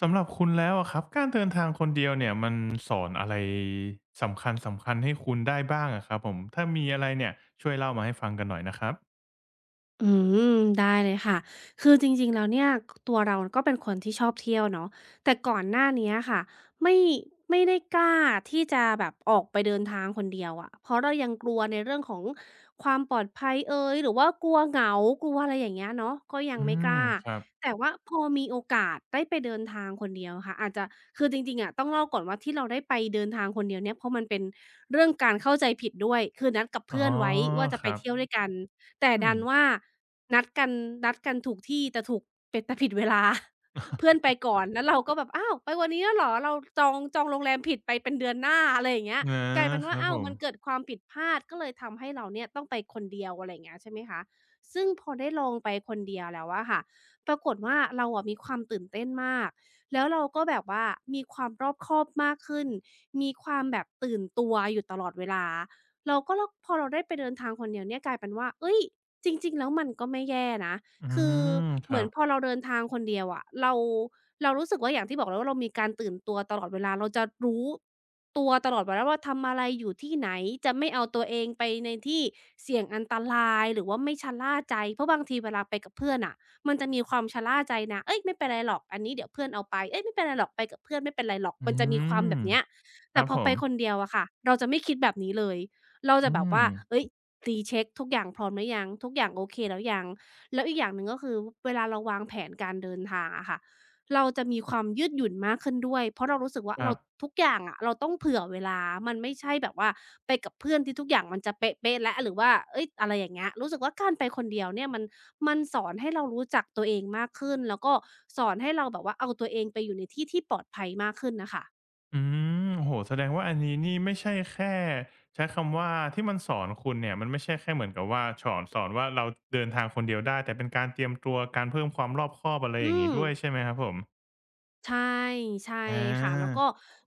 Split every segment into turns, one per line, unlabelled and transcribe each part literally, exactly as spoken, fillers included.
สำหรับคุณแล้วอะครับการเดินทางคนเดียวเนี่ยมันสอนอะไรสำคัญสำคัญให้คุณได้บ้างอะครับผมถ้ามีอะไรเนี่ยช่วยเล่ามาให้ฟังกันหน่อยนะครับ
อืมได้เลยค่ะคือจริงๆแล้วเนี่ยตัวเราก็เป็นคนที่ชอบเที่ยวเนาะแต่ก่อนหน้าเนี้ยค่ะไม่ไม่ได้กล้าที่จะแบบออกไปเดินทางคนเดียวอะเพราะเรายังกลัวในเรื่องของความปลอดภัยเอยหรือว่ากลัวเหงากลัวอะไรอย่างเงี้ยเนาะก็ยัง
อื
ไม่ก
ม
ล้า
ครับ
แต่ว่าพอมีโอกาสได้ไปเดินทางคนเดียวค่ะอาจจะคือจริงๆอะต้องเล่าก่อนว่าที่เราได้ไปเดินทางคนเดียวเนี่ยเพราะมันเป็นเรื่องการเข้าใจผิดด้วยคือนัดกับ
อ๋อ
เพื่อนไว้ว่าจะ
ค
ไป
รับ
เที่ยวด้วยกัน แต่
อื
ดั
ม
นว่านัดกันนัดกันถูกที่แต่ถูกเป็นแต่ผิดเวลา เพื่อนไปก่อนแล้วเราก็แบบอ้าวไปวันนี้แล้วเหรอเราจองจองโรงแรมผิดไปเป็นเดือนหน้าอะไรอย่างเงี้ย
นะ
กลายเป็น
ค
ว่า
รับ
อ้า
ผ
ว
ม
มันเกิดความผิดพลาดก็เลยทำให้เราเนี่ยต้องไปคนเดียวอะไรอย่างเงี้ยใช่ไหมคะซึ่งพอได้ลองไปคนเดียวแล้วอะค่ะปรากฏว่าเราอะมีความตื่นเต้นมากแล้วเราก็แบบว่ามีความรอบคอบมากขึ้นมีความแบบตื่นตัวอยู่ตลอดเวลา เราก็แล้วพอเราได้ไปเดินทางคนเดียวเนี่ยกลายเป็นว่าเฮ้ยจริงๆแล้วมันก็ไม่แย่นะ
อื
คือ
มค
เหมื
รั
อน
บ
พอเราเดินทางคนเดียวอะเราเรารู้สึกว่าอย่างที่บอกแล้วว่าเรามีการตื่นตัวตลอดเวลาเราจะรู้ตัวตลอดเวลาว่าทำอะไรอยู่ที่ไหนจะไม่เอาตัวเองไปในที่เสี่ยงอันตรายหรือว่าไม่ชะล่าใจเพราะบางทีเวลาไปกับเพื่อนน่ะมันจะมีความชะล่าใจนะเฮ้ยไม่เป็นไรหรอกอันนี้เดี๋ยวเพื่อนเอาไปเฮ้ยไม่เป็นไรหรอกไปกับเพื่อนไม่เป็นไรหรอก
อื
มันจะมีความ
ม
แบบเนี้ย
ค
แต่
รับ
พอ
ผ
ไป
ม
คนเดียวอะค่ะเราจะไม่คิดแบบนี้เลย เราจะ
อื
แบบ
ม
ว่าเอ้ยตีเช็กทุกอย่างพร้อมหรือยังทุกอย่างโอเคแล้วยังแล้วอีกอย่างหนึ่งก็คือเวลาเราวางแผนการเดินทางอะค่ะเราจะมีความยืดหยุ่นมากขึ้นด้วยเพราะเรารู้สึกว่า
ครั
เรา
บ
ทุกอย่างอะเราต้องเผื่อเวลามันไม่ใช่แบบว่าไปกับเพื่อนที่ทุกอย่างมันจะเป๊ะๆแล้วหรือว่าเฮ้ยอะไรอย่างเงี้ยรู้สึกว่าการไปคนเดียวเนี่ยมันมันสอนให้เรารู้จักตัวเองมากขึ้นแล้วก็สอนให้เราแบบว่าเอาตัวเองไปอยู่ในที่ที่ปลอดภัยมากขึ้นน่ะค่ะ
อืมโอ้โฮแสดงว่าอันนี้นี่ไม่ใช่แค่ใช้คำว่าที่มันสอนคุณเนี่ยมันไม่ใช่แค่เหมือนกับว่าฉอนสอนว่าเราเดินทางคนเดียวได้แต่เป็นการเตรียมตัวการเพิ่มความรอบคอบอะไรอ
อื
ย่างงี้
ม
ด้วยใช่ไหมครับผม
ใช่ใช่
อา
ค่ะแล้วก็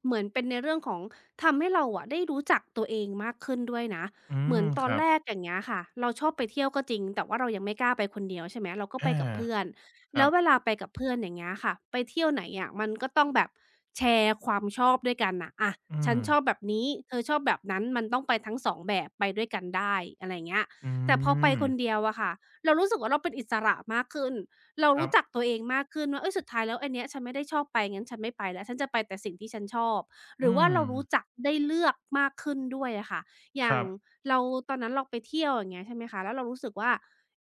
เหมือนเป็นในเรื่องของทำให้เราอะได้รู้จักตัวเองมากขึ้นด้วยนะ
อื
เหมือ
ม
นตอ
ค
น
รั
แร
บ
กอย่างเงี้ยค่ะเราชอบไปเที่ยวก็จริงแต่ว่าเรายังไม่กล้าไปคนเดียวใช่ไหมเราก็ไป
อา
กับเพื่อน
ค
แล้
รั
ว
บ
เวลาไปกับเพื่อนอย่างเงี้ยค่ะไปเที่ยวไหนอะมันก็ต้องแบบแชร์ความชอบด้วยกันน่ะอะ
อื
ฉัน
ม
ชอบแบบนี้เธอชอบแบบนั้นมันต้องไปทั้งสองแบบไปด้วยกันได้อะไรอย่างเงี้ย
อื
แต่พอไป
ม
คนเดียวอะค่ะเรารู้สึกว่าเราเป็นอิสระมากขึ้น เรา
ครั
รู้
บ
จักตัวเองมากขึ้นว่าเอ้ยสุดท้ายแล้วอันเนี้ยฉันไม่ได้ชอบไปงั้นฉันไม่ไปแล้วฉันจะไปแต่สิ่งที่ฉันชอบหรือ
อื
ว่า
ม
เรารู้จักได้เลือกมากขึ้นด้วยอะค่ะอ
ค
ย่าง
รับ
เราตอนนั้นเราไปเที่ยวอย่างเงี้ยใช่ไหมคะแล้วเรารู้สึกว่า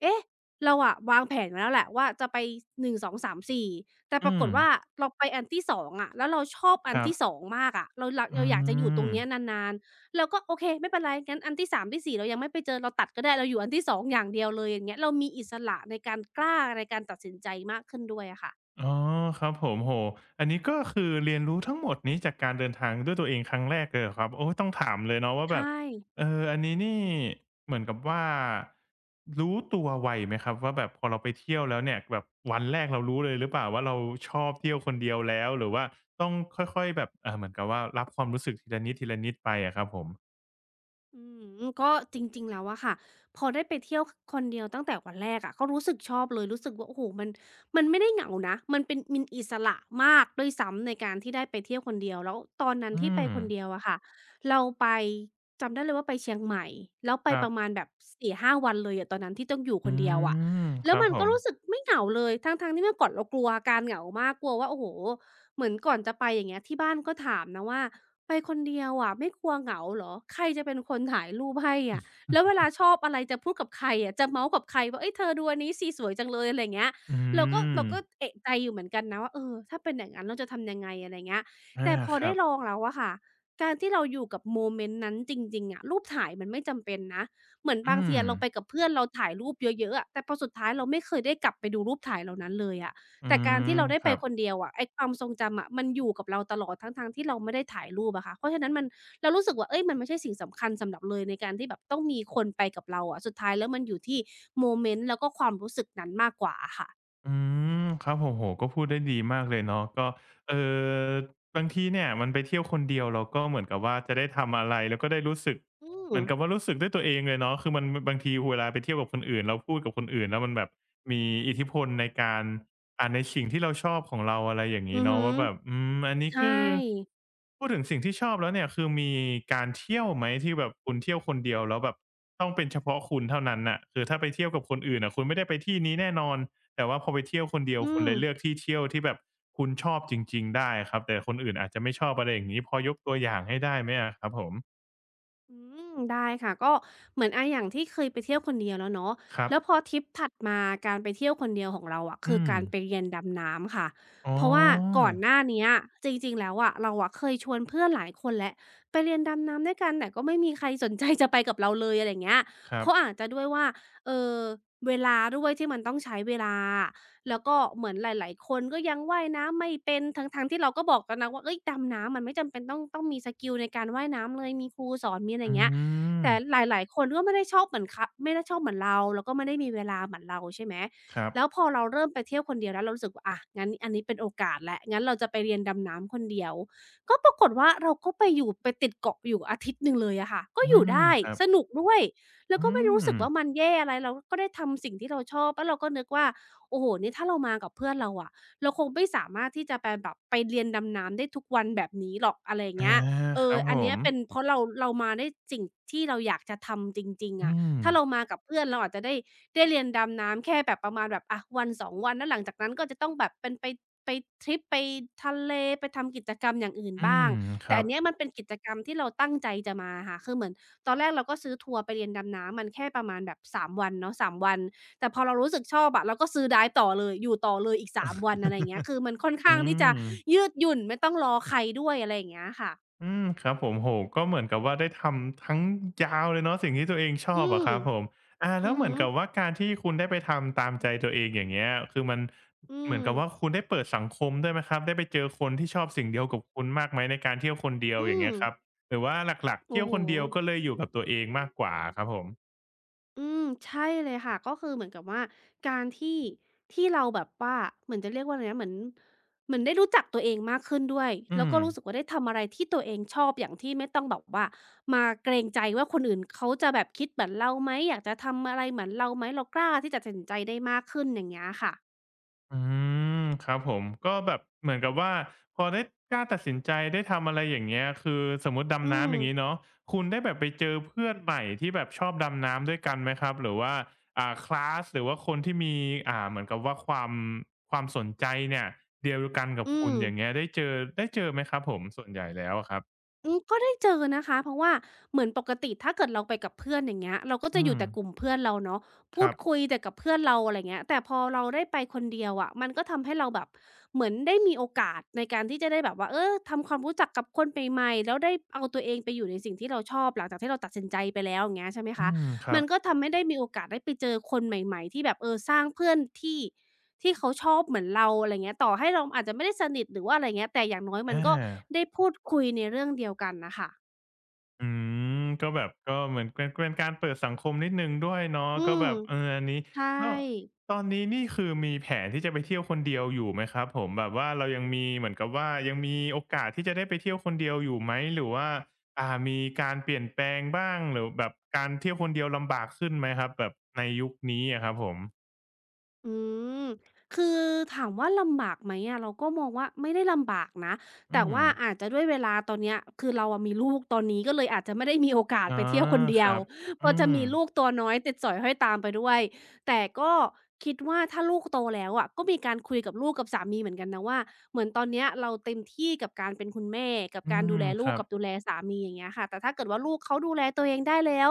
เอ๊ะเราอะวางแผนไว้แล้วแหละว่าจะไปหนึ่ง สอง สาม สี่แต่ป
อื
ราก
ม
ฏว่าเราไปอันที่สองอะแล้วเราชอบอั
ค
น
รับ
ที่สองมากอะเราลเรา
อื
อยากจะอยู่ตรง
ม
เนี้ยนานๆ เราก็โอเคไม่เป็นไรงั้นอันที่สามที่สี่เรายังไม่ไปเจอเราตัดก็ได้เราอยู่อันที่สององอย่างเดียวเลยอย่างเงี้ยเรามีอิสระในการกล้าในการตัดสินใจมากขึ้นด้วยอะค่ะ
อ๋อครับผมโอ้โฮอันนี้ก็คือเรียนรู้ทั้งหมดนี้จากการเดินทางด้วยตัวเองครั้งแรกเลยเหรอครับโอ้ต้องถามเลยเนาะว่าแบบ
ใช่
เอออันนี้นี่เหมือนกับว่ารู้ตัวไวไหมครับว่าแบบพอเราไปเที่ยวแล้วเนี่ยแบบวันแรกเรารู้เลยหรือเปล่าว่าเราชอบเที่ยวคนเดียวแล้วหรือว่าต้องค่อยๆแบบอ่าเหมือนกับว่ารับความรู้สึกทีละนิดๆไปอะครับผม
อืมก็จริงๆแล้วอะค่ะพอได้ไปเที่ยวคนเดียวตั้งแต่วันแรกอะก็รู้สึกชอบเลยรู้สึกว่าโอ้โฮมันมันไม่ได้เหงานะมันเป็นมันอิสระมากด้วยซ้ำในการที่ได้ไปเที่ยวคนเดียวแล้วตอนนั้น
อื
ที่ไป
ม
คนเดียวอะค่ะเราไปจำได้เลยว่าไปเชียงใหม่แล้วไป
ครั
ป
บ
ระมาณแบบสี่ห้าวันเลยอะตอนนั้นที่ต้องอยู่ค
อื
นเดียวอะ
มค
แล้ว
รับ
มัน
ผ
ก็
ม
รู้สึกไม่เหงาเลยทั้งๆที่เมื่อก่อนเรากลัวอาการเหงามากกลัวว่าโอ้โฮ เหมือนก่อนจะไปอย่างเงี้ยที่บ้านก็ถามนะว่าไปคนเดียวอะไม่กลัวเหงาเหรอใครจะเป็นคนถ่ายรูปให้อะแล้วเวลาชอบอะไรจะพูดกับใครอะจะเมาท์กับใครว่าเฮ้ยเธอดูอันนี้สิสวยจังเลยอะไรอย่างเงี้ย
อื
เราก็
ม
เราก็เอะใจอยู่เหมือนกันนะว่าเออถ้าเป็นอย่างงั้นเราจะทำยังไงอะไรอย่างเงี้ย
อา
แต่พอ
ค
ได้
รับ
ลองแล้วอะค่ะการที่เราอยู่กับโมเมนต์นั้นจริงๆอะรูปถ่ายมันไม่จำเป็นนะเหมือนบา
อื
งที
ม
อะเราไปกับเพื่อนเราถ่ายรูปเยอะๆอะแต่พอสุดท้ายเราไม่เคยได้กลับไปดูรูปถ่ายเหล่านั้นเลยอะ
อื
แต่การ
ม
ที่เราได้
ค
ไป
รับ
คนเดียวอะไอ้ความทรงจำอะมันอยู่กับเราตลอดทั้งๆที่เราไม่ได้ถ่ายรูปอะค่ะเพราะฉะนั้นมันเรารู้สึกว่าเฮ้ยมันไม่ใช่สิ่งสำคัญสำหรับเลยในการที่แบบต้องมีคนไปกับเราอะสุดท้ายแล้วมันอยู่ที่โมเมนต์แล้วก็ความรู้สึกนั้นมากกว่าอะค่ะ
อืมครับโอ้โฮก็พูดได้ดีมากเลยเนาะก็เอ่อบางทีเนี่ยมันไปเที่ยวคนเดียวเราก็เหมือนกับว่าจะได้ทำอะไรแล้วก็ได้รู้สึก
อื
เห
ม
มือนกับว่ารู้สึกด้วยตัวเองเลยเนาะคือมันบางทีเวลาไปเที่ยวกับคนอื่นเราพูดกับคนอื่นแล้วมันแบบมีอิทธิพลในการอ่าในสิ่งที่เราชอบของเราอะไรอย่าง
อื
งี้
อฮึ
เนาะว่าแบบอืมอันนี้
ใช่
คือพูดถึงสิ่งที่ชอบแล้วเนี่ยคือมีการเที่ยวไหมที่แบบคุณเที่ยวคนเดียวแล้วแบบต้องเป็นเฉพาะคุณเท่านั้นน่ะคือถ้าไปเที่ยวกับคนอื่นน่ะคุณไม่ได้ไปที่นี้แน่นอน แต่ว่าพอไปเที่ยวคนเดียว
อื
คุณ
ม
เลยเลือกที่เที่ยวที่แบบคุณชอบจริงๆได้ครับแต่คนอื่นอาจจะไม่ชอบอะไรอย่างงี้พอยกตัวอย่างให้ได้ไหมอะครับผม
อืมได้ค่ะก็เหมือนอาอย่างที่เคยไปเที่ยวคนเดียวแล้วเนาะ
ครั
แล้วพ
บ
อทริปถัดมาการไปเที่ยวคนเดียวของเราอะคื
อื
อ
ม
การไปเรียนดำน้ำค่ะ
อ๋อ
เพราะว่าก่อนหน้าเนี้ยจริงๆแล้วอะเราอะเคยชวนเพื่อนหลายคนแล้วไปเรียนดำน้ำด้วยกันแต่ก็ไม่มีใครสนใจจะไปกับเราเลยอะไรอย่างเงี้ย
ค
เพ
รับ
ราะอาจจะด้วยว่าเอ่อเวลาด้วยที่มันต้องใช้เวลา แล้วก็เหมือนหลายๆคนก็ยังว่ายน้ำไม่เป็นทั้งๆที่เราก็บอกตอนนะว่าเฮ้ยดำน้ำมันไม่จำเป็นต้องต้องมีสกิลในการว่ายน้ำเลยมีครูสอนมีอะไรอ
อื
ย่างเงี้ย
ม
แต่หลายๆคนก็ไม่ได้ชอบเหมือนคไม่ได้ชอบเหมือนเราแล้วก็ไม่ได้มีเวลาเหมือนเราใช่ไหม
ครับ
แล้วพอเราเริ่มไปเที่ยวคนเดียวแล้วเรารู้สึกว่าอะงั้นอันนี้เป็นโอกาสแล้วงั้นเราจะไปเรียนดำน้ำคนเดียว ก็ปรากฏว่าเราก็ไปอยู่ไปติดเกาะอยู่อาทิตย์หนึ่งเลยอะค่ะก็
อื
อยู่
ม
ได้
ครับ
สนุกด้วยแล้ว
อื
ก็ไม่รู้สึก
ม
ว่ามันแย่อะไรเราก็ได้ทำสิ่งที่เราชอบแล้วเราก็นึกว่า โอ้โห นี่ถ้าเรามากับเพื่อนเราอะเราคงไม่สามารถที่จะไปแบบไปเรียนดำน้ำได้ทุกวันแบบนี้หรอกอะไรอย่างเงี้
อา
ยเอ
ค
อ
รับผ
อันเนี้ย
ม
เป็นเพราะเราเรามาได้สิ่งที่เราอยากจะทำจริงๆ
อื
อะ
ม
ถ้าเรามากับเพื่อนเราอาจจะได้ได้เรียนดำน้ำแค่แบบประมาณแบบอะวันสองวันแล้วหลังจากนั้นก็จะต้องแบบเป็นไปไปทริปไปทะเลไปทำกิจกรรมอย่างอื่น
อื
บ้า
ม
ง
ค
แต่
รั
อั
บ
นเนี้ยมันเป็นกิจกรรมที่เราตั้งใจจะมาค่ะคือเหมือนตอนแรกเราก็ซื้อทัวร์ไปเรียนดำน้ำมันแค่ประมาณแบบสามวันเนาะสามวัน แต่พอเรารู้สึกชอบอะเราก็ซื้อได้ายต่อเลยอยู่ต่อเลยอีกสามวันอะไรอย่างเงี้ย คือมันค่อน
อื
ข้างที่จะ
ม
ยืดหยุ่นไม่ต้องรอใครด้วยอะไรอย่างเงี้ยค่ะ
อืมครับผมโอ้โฮก็เหมือนกับว่าได้ทำทั้งยาวเลยเนาะสิ่งที่ตัวเองช
อื
อบอะ
ม
ครับผมอา
อื
แล้ว
อ
เหมื
ฮึ
อนกับว่าการที่คุณได้ไปทำตามใจตัวเองอย่างเงี้ยคือมัน
อื
เหมือ
ม
นกับว่าคุณได้เปิดสังคมด้วยไหมครับได้ไปเจอคนที่ชอบสิ่งเดียวกับคุณมากไหมในการเที่ยวคนเดียว
อื
อย่าง
ม
เงี้ยครับหรือว่าหลักๆ
โอ้
เที่ยว
โฮ
คนเดียวก็เลยอยู่กับตัวเองมากกว่าอะครับผม
อืมใช่เลยค่ะก็คือเหมือนกับว่าการที่ที่เราแบบว่าเหมือนจะเรียกว่าอะไรนะเหมือนเหมือนได้รู้จักตัวเองมากขึ้นด้วย
อื
แล้ว
ม
ก็รู้สึกว่าได้ทำอะไรที่ตัวเองชอบอย่างที่ไม่ต้องแบบว่ามาเกรงใจว่าคนอื่นเขาจะแบบคิดเหมือนเราไหมอยากจะทำอะไรเหมือนเราไหมเรากล้าที่จะตัดสินใจได้มากขึ้นอย่างเงี้ยค่ะ
อืมครับผมก็แบบเหมือนกับว่าพอได้กล้าตัดสินใจได้ทำอะไรอย่างเงี้ยคือสมมติ
อื
ดำน้ำ
ม
อย่างนี้เนาะคุณได้แบบไปเจอเพื่อนใหม่ที่แบบชอบดำน้ำด้วยกันไหมครับหรือว่าอ่าคลาสหรือว่าคนที่มีอ่าเหมือนกับว่าความความสนใจเนี่ยเดียวกันกับ
อื
คุณ
ม
อย่างเงี้ยได้เจอได้เจอไหมครับผมส่วนใหญ่แล้วอะครับ
อืมก็ได้เจอนะคะเพราะว่าเหมือนปกติถ้าเกิดเราไปกับเพื่อนอย่างเงี้ยเราก็
อื
จะอยู่
ม
แต่กลุ่มเพื่อนเราเนาะ
ค
พูด
รั
คุ
บ
ยแต่กับเพื่อนเราอะไรเงี้ยแต่พอเราได้ไปคนเดียวอะมันก็ทำให้เราแบบเหมือนได้มีโอกาสในการที่จะได้แบบว่าเออทำความรู้จักกับคนใหม่ๆแล้วได้เอาตัวเองไปอยู่ในสิ่งที่เราชอบหลังจากที่เราตัดสินใจไปแล้วอย่างเงี้ยใช่ไหม
อื
คะ
มครั
มัน
บ
ก็ทำให้ได้มีโอกาสได้ไปเจอคนใหม่ๆที่แบบเออสร้างเพื่อนที่ ที่เขาชอบเหมือนเราอะไรเงี้ยต่อให้เราอาจจะไม่ได้สนิทหรือว่าอะไรเงี้ยแต่อย่างน้อยมัน
อา
ก็ได้พูดคุยในเรื่องเดียวกันน่ะค่ะ
อืมก็แบบก็เหมือนเป็นเป็นการเปิดสังคมนิดหนึ่งด้วยเนาะ
อื
ก็แบ
ม
บเอออันนี้
ใช่
แล้วตอนนี้นี่คือมีแผนที่จะไปเที่ยวคนเดียวอยู่ไหมครับผมแบบว่าเรายังมีเหมือนกับว่ายังมีโอกาสที่จะได้ไปเที่ยวคนเดียวอยู่ไหมหรือว่าอ่ามีการเปลี่ยนแปลงบ้างหรือแบบการเที่ยวคนเดียวลำบากขึ้นไหมครับแบบในยุคนี้อะครับผม
อืมคือถามว่าลำบากไหมอะเราก็มองว่าไม่ได้ลำบากนะ
อื
แต่
ม
ว่าอาจจะด้วยเวลาตอนเนี้ยคือเราอะมีลูกตอนนี้ก็เลยอาจจะไม่ได้มีโอกาส
อ๋อ
ไปเที่ยวคนเดี
ค
ยว
รับ
พ
อื
อจะ
ม
มีลูกตัวน้อยติดสอยห้อยตามไปด้วยแต่ก็คิดว่าถ้าลูกโตแล้วอะก็มีการคุยกับลูกกับสามีเหมือนกันนะว่าเหมือนตอนเนี้ยเราเต็มที่กับการเป็นคุณแม่กับ
อื
การ
ม
ดูแล
ค
ลูก
รับ
กับดูแลสามีอย่างเงี้ยค่ะแต่ถ้าเกิดว่าลูกเขาดูแลตัวเองได้แล้ว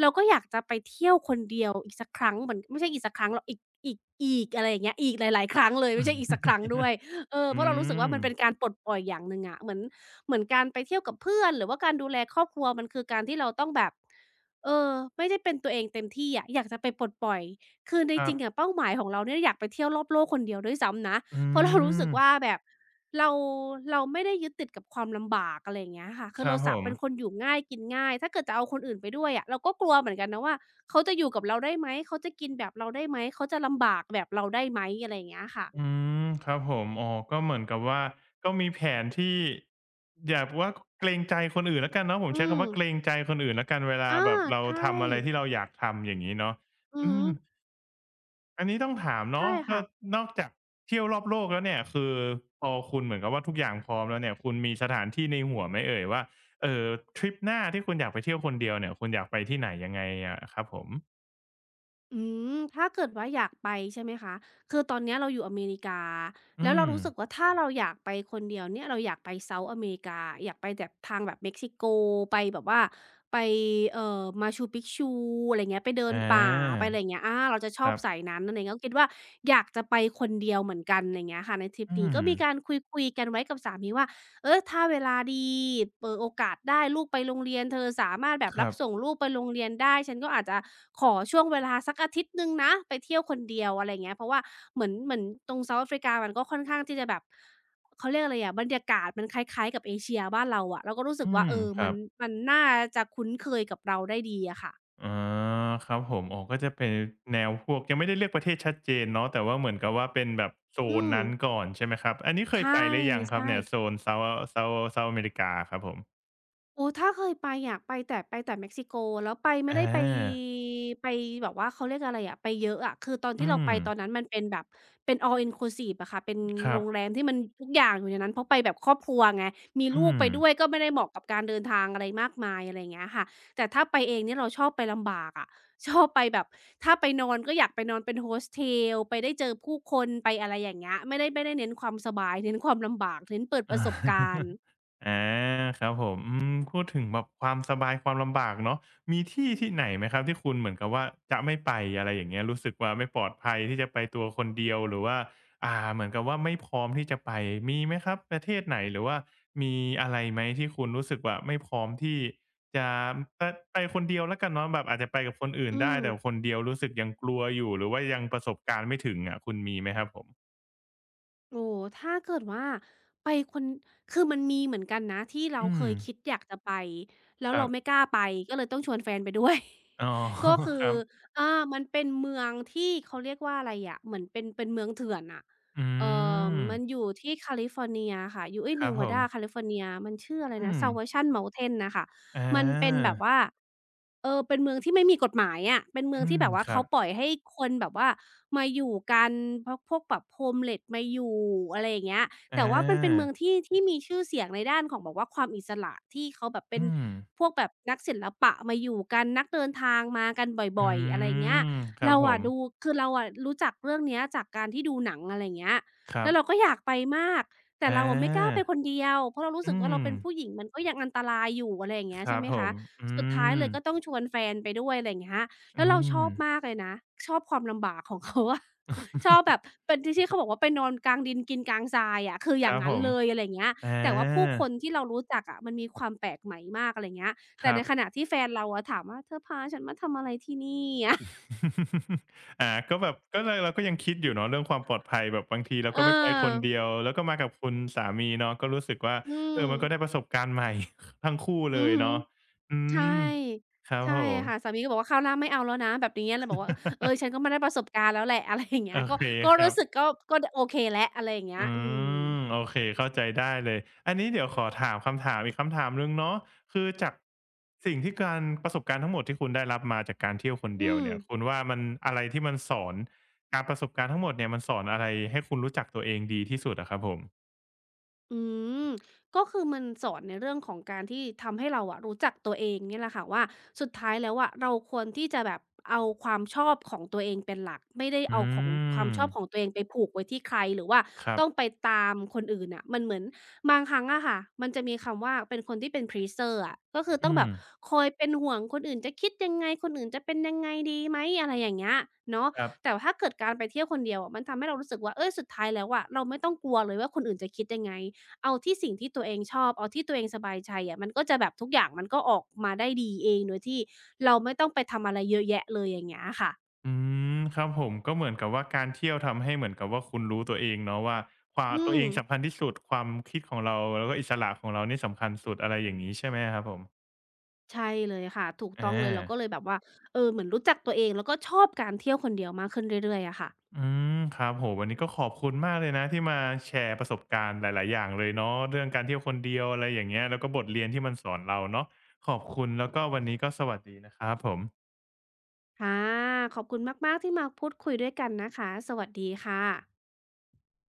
เราก็อยากจะไปเที่ยวคนเดียวอีกสักครั้งเหมือนไม่ใช่อีกสักครั้งหรอกอีกอีกอีกอะไรอย่างเงี้ยอีกหลายๆครั้งเลยไม่ใช่อีกสักครั้งด้วยเออเพ
อื
ราะเรารู้สึกว่า
ม
มันเป็นการปลดปล่อยอย่างหนึ่งอะเหมือนเหมือนการไปเที่ยวกับเพื่อนหรือว่าการดูแลครอบครัวมันคือการที่เราต้องแบบเออไม่ได้เป็นตัวเองเต็มที่อะอยากจะไปปลดปล่อยคือใน
ค
จ
รั
ริ
บ
งอะเป้าหมายของเราเนี่ยอยากไปเที่ยวรอบโลกคนเดียวด้วยซ้ำนะ
อื
เพราะเรารู้สึ
ม
กว่าแบบ เราเราไม่ได้ยึดติดกับความลำบากอะไรอย่างเงี้ยค่ะคื
ค
อ
รั
เรา
บผ
สะ
ม
เป็นคนอยู่ง่ายกินง่ายถ้าเกิดจะเอาคนอื่นไปด้วยอะเราก็กลัวเหมือนกันนะว่าเขาจะอยู่กับเราได้ไหมเขาจะกินแบบเราได้ไหมเขาจะลำบากแบบเราได้ไหมอะไรอย่างเงี้ยค่ะ
อืมครับผมอ๋อก็เหมือนกับว่าก็มีแผนที่อย่าว่าเกรงใจคนอื่นแล้วกันเนาะผม
อื
ใช้
ม
คำว่าเกรงใจคนอื่นแล้วกันเวลา
อา
แบบเรา
ใช่
ทำอะไรที่เราอยากทำอย่างงี้เนาะ
อือ
อื
ฮึ
มอันนี้ต้องถาม
ใช่
เนาะก็
ค่ะ
นอกจากเที่ยวรอบโลกแล้วเนี่ยคือพอคุณเหมือนกับว่าทุกอย่างพร้อมแล้วเนี่ยคุณมีสถานที่ในหัวไหมเอ่ยว่าเอ่อทริปหน้าที่คุณอยากไปเที่ยวคนเดียวเนี่ยคุณอยากไปที่ไหนยังไงอะครับผม
อืมถ้าเกิดว่าอยากไปใช่ไหมคะคือตอนเนี้ยเราอยู่อเมริกาแล้
อื
วเรา
ม
รู้สึกว่าถ้าเราอยากไปคนเดียวเนี่ยเราอยากไปเ o า t h อเมริกาอยากไปแบบทางแบบเม็กซิโกไปแบบว่าไปเอ่อ Machu Picchu อะไรเงี้ยไปเดิน
อา
ป่าไปอะไรอย่างเงี้ยอาเราจะช
ค
อบ
รับ
สายนั้นอะไรเงี้ยก็คิดว่าอยากจะไปคนเดียวเหมือนกันไรเงี้ยค่ะในทริป
อื
นี้ก็
ม
มีการคุยๆกันไว้กับสามีว่า เออถ้าเวลาดีเปิดโอกาสได้ลูกไปโรงเรียนเธอสามารถแบบ
ค
รั
รั
บ
บ
ส่งลูกไปโรงเรียนได้ฉันก็อาจจะขอช่วงเวลาสักอาทิตย์หนึ่งนะไปเที่ยวคนเดียวอะไรอย่างเงี้ยเพราะว่าเหมือนเหมือนตรง South Africa มันก็ค่อนข้างที่จะแบบเขาเรียกอะไรอะบรรยากาศมันคล้ายๆกับเอเชียบ้านเราอะเราก็รู้สึ
อื
กว่า
ม
เออ
ค
มั
รั
น
บ
มันน่าจะคุ้นเคยกับเราได้ดีอะค่ะ
อ๋อครับผมอ๋อก็จะเป็นแนวพวกยังไม่ได้เลือกประเทศชัดเจนเนาะแต่ว่าเหมือนกับว่าเป็นแบบโซ
อื
น
ม
นั้นก่อนใช่ไหมครับอันนี้เคย
ใช่
ไปหรือยังครั
ใช่
บเนี่ยโซนเซาท์เซาท์เซาท์อเมริกาครับผม
โอ้ถ้าเคยไปอยากไปแต่ไปแต่เม็กซิโกแล้วไปไม่ได้
อา
ไปไปแบบว่าเขาเรียกอะไรอะไปเยอะอะคือตอนที่
อื
เราไป
ม
ตอนนั้นมันเป็นแบบเป็น all inclusive อะค่ะเป็น
ค
โร
รั
งแร
บ
มที่มันทุกอย่างอยู่ในนั้นเพราะไปแบบครอบครัวไงมี
อื
ลูกไป
ม
ด้วยก็ไม่ได้เหมาะกับการเดินทางอะไรมากมายอะไรอย่างเงี้ยค่ะแต่ถ้าไปเองเนี่ยเราชอบไปลำบากอะ ชอบไปแบบถ้าไปนอนก็อยากไปนอนเป็น Hostel ไปได้เจอผู้คนไปอะไรอย่างเงี้ยไม่ได้ไม่ได้เน้นความสบายเน้นความลำบากเน้นเปิดประสบการณ์
อาครับผมอืมพูดถึงแบบความสบายความลำบากเนาะมีที่ที่ไหนไหมครับที่คุณเหมือนกับว่าจะไม่ไปอะไรอย่างเงี้ยรู้สึกว่าไม่ปลอดภัยที่จะไปตัวคนเดียวหรือว่าอ่าเหมือนกับว่าไม่พร้อมที่จะไปมีไหมครับประเทศไหนหรือว่ามีอะไรไหมที่คุณรู้สึกว่าไม่พร้อมที่จะไปไปคนเดียวแล้วกันเนาะแบบอาจจะไปกับคนอื่น
อื
ได้
ม
แต่คนเดียวรู้สึกยังกลัวอยู่หรือว่ายังประสบการณ์ไม่ถึงอะคุณมีไหมครับผม
โอ้ ถ้าเกิดว่าไปคนคือมันมีเหมือนกันนะที่เรา
อื
เค
ม
ยคิดอยากจะไปแล้ว
ครั
เรา
บ
ไม่กล้าไปก็เลยต้องชวนแฟนไปด้วย
อ๋อ
ก็คื
ค
อ
รับ
อามันเป็นเมืองที่เขาเรียกว่าอะไรอะเหมือนเป็นเป็นเมืองเถื่อนน่ะ
อื
เอ่อ
ม
มันอยู่ที่แคลิฟอร์เนียค่ะอยู่เอ๊ย
ครับผม
Nevada แคลิฟอร์เนียมันชื่ออะไร
อื
นะ
ม
Salvation Mountain น่ะค่ะ
อ
มันเป็นแบ
า
บว่าเออเป็นเมืองที่ไม่มีกฎหมายอะ เป็นเมือ
อื
งที่
ม
แบบว่า
ครั
เขา
บ
ปล่อยให้คนแบบว่ามาอยู่กันพวกพวกแบบ homeless มาอยู่อะไรอย่างเงี้ย
อ
แต่ว่ามันเป็นเมือง
า
ที่ที่มีชื่อเสียงในด้านของแบบว่าความอิสระที่เขาแบบเป็น
อืม
พวกแบบนักศิลปะมาอยู่กันนักเดินทางมากัน
อื
บ่อยๆอะไรเงี้ย
มครับ
เรา
ผ
อะ
ม
ดูคือเราอะรู้จักเรื่องเนี้ยจากการที่ดูหนังอะไรเงี้ย
ครั
แล้วเรา
บ
ก็อยากไปมากแต่
อ
เราอะไม่กล้าไป
า
คนเดียวเพราะเรารู้สึก
อื
ว่าเรา
ม
เป็นผู้หญิงมันก็ยังอันตรายอยู่อะไรอย่างเงี้
ค
ยใช่
รับ
ไหม
ผ
คะ
มอื
สุดท้าย
ม
เลยก็ต้องชวนแฟนไปด้วยอะไรอย่างเงี้ย
อื
แล้วเราช
ม
อบมากเลยนะชอบความลำบากของเขาอะ ชอบแบบ เป็นที่ที่เขาบอกว่าไปนอนกลางดินกินกลางทรายอะคืออ
ค
ย่าง
รับผ
งั้น
ม
เลยอะไรอย่างเงี้ย
อา
แต่ว่าผู้คนที่เรารู้จักอะมันมีความแปลกใหม่มากอะไรอย่างเงี้ย
ค
แต่ใน
รับ
ขณะที่แฟนเราอะถามว่าเธอพาฉันมาทำอะไรที่นี่
อาก็แบบก็เลยเราก็ยังคิดอยู่เนาะเรื่องความปลอดภัยแบบบางทีเรา
เออ
ก็ไม่ไปคนเดียวแล้วก็มากับคุณสามีเนาะก็รู้สึกว่า
อื
เอ
ม
อมันก็ได้ประสบการณ์ใหม่ ทั้งคู่
อื
เล
อ
ย
ฮึ
เนาะอื
ใช่
มครับ
ใช่
ผ
ค่ะสา
ม
มีก็บอกว่าข้าวหน้าไม่เอาแล้วนะแบบนี้เราบอกว่าเออฉันก็มาได้ประสบการณ์แล้วแหละอะไรอย่างเงี้
โอ
ยก็
เค
ก็
ครั
รู้สึก
บ
ก็ก็ดโอเคแล้วอะไรอย่างเงี้ย
อื
อืม
มโอเคเข้าใจได้เลย อันนี้เดี๋ยวขอถามคำถามอีกคำถามหนึ่งเนาะคือจากสิ่งที่การประสบการณ์ทั้งหมดที่คุณได้รับมาจากการเที่ยวคนเดี
อื
ยว
ม
เนี่ยคุณว่ามันอะไรที่มันสอนการประสบการณ์ทั้งหมดเนี่ยมันสอนอะไรให้คุณรู้จักตัวเองดีที่สุดอะครับผม
อืมก็คือมันสอนในเรื่องของการที่ทำให้เราอะรู้จักตัวเองเนี่ยแหละค่ะว่าสุดท้ายแล้วอะเราควรที่จะแบบเอาความชอบของตัวเองเป็นหลักไม่ได้เอา
อื
ของความ
ม
ชอบของตัวเองไปผูกไว้ที่ใครหรือว่า
ครั
ต้องไป
บ
ตามคนอื่นน่ะมันเหมือนบางครั้งอะค่ะมันจะมีคำว่าเป็นคนที่เป็น พลีสเซอร์ อะก็คือต้อง
อื
แบ
ม
บคอยเป็นห่วงคนอื่นจะคิดยังไงคนอื่นจะเป็นยังไงดีไหมอะไรอย่างเงี้ยเนาะ
ครั
แต่
บ
ถ้าเกิดการไปเที่ยวคนเดียวอะมันทำให้เรารู้สึกว่าเฮ้ยสุดท้ายแล้วอะเราไม่ต้องกลัวเลยว่าคนอื่นจะคิดยังไง เอาที่สิ่งที่ตัวเองชอบเอาที่ตัวเองสบายใจอะมันก็จะแบบทุกอย่างมันก็ออกมาได้ดีเองโดยที่เราไม่ต้องไปทำอะไรเยอะแยะเลยอย่างเงี้ยค่ะ
อืมครับผมก็เหมือนกับว่าการเที่ยวทำให้เหมือนกับว่าคุณรู้ตัวเองเนาะว่าความ
อื
ตัวเอ
ม
งสำคัญที่สุดความคิดของเราแล้วก็อิสระของเรานี่สำคัญสุดอะไรอย่างนี้ใช่ไหมครับผม
ใช่เลยค่ะ ถูก
อ
ต้องเลยเราก็
า
เลยแบบว่าเออเหมือนรู้จักตัวเองแล้วก็ชอบการเที่ยวคนเดียวมากขึ้นเรื่อยๆอะค่ะ
อืมครับโอวันนี้ก็ขอบคุณมากเลยนะที่มาแชร์ประสบการณ์หลายๆอย่างเลยเนาะเรื่องการเที่ยวคนเดียวอะไรอย่างเงี้ยแล้วก็บทเรียนที่มันสอนเราเนาะขอบคุณแล้วก็วันนี้ก็สวัสดีนะครับผม
ค่ะขอบคุณมากๆที่มาพูดคุยด้วยกันนะคะ สวัสดีค่ะ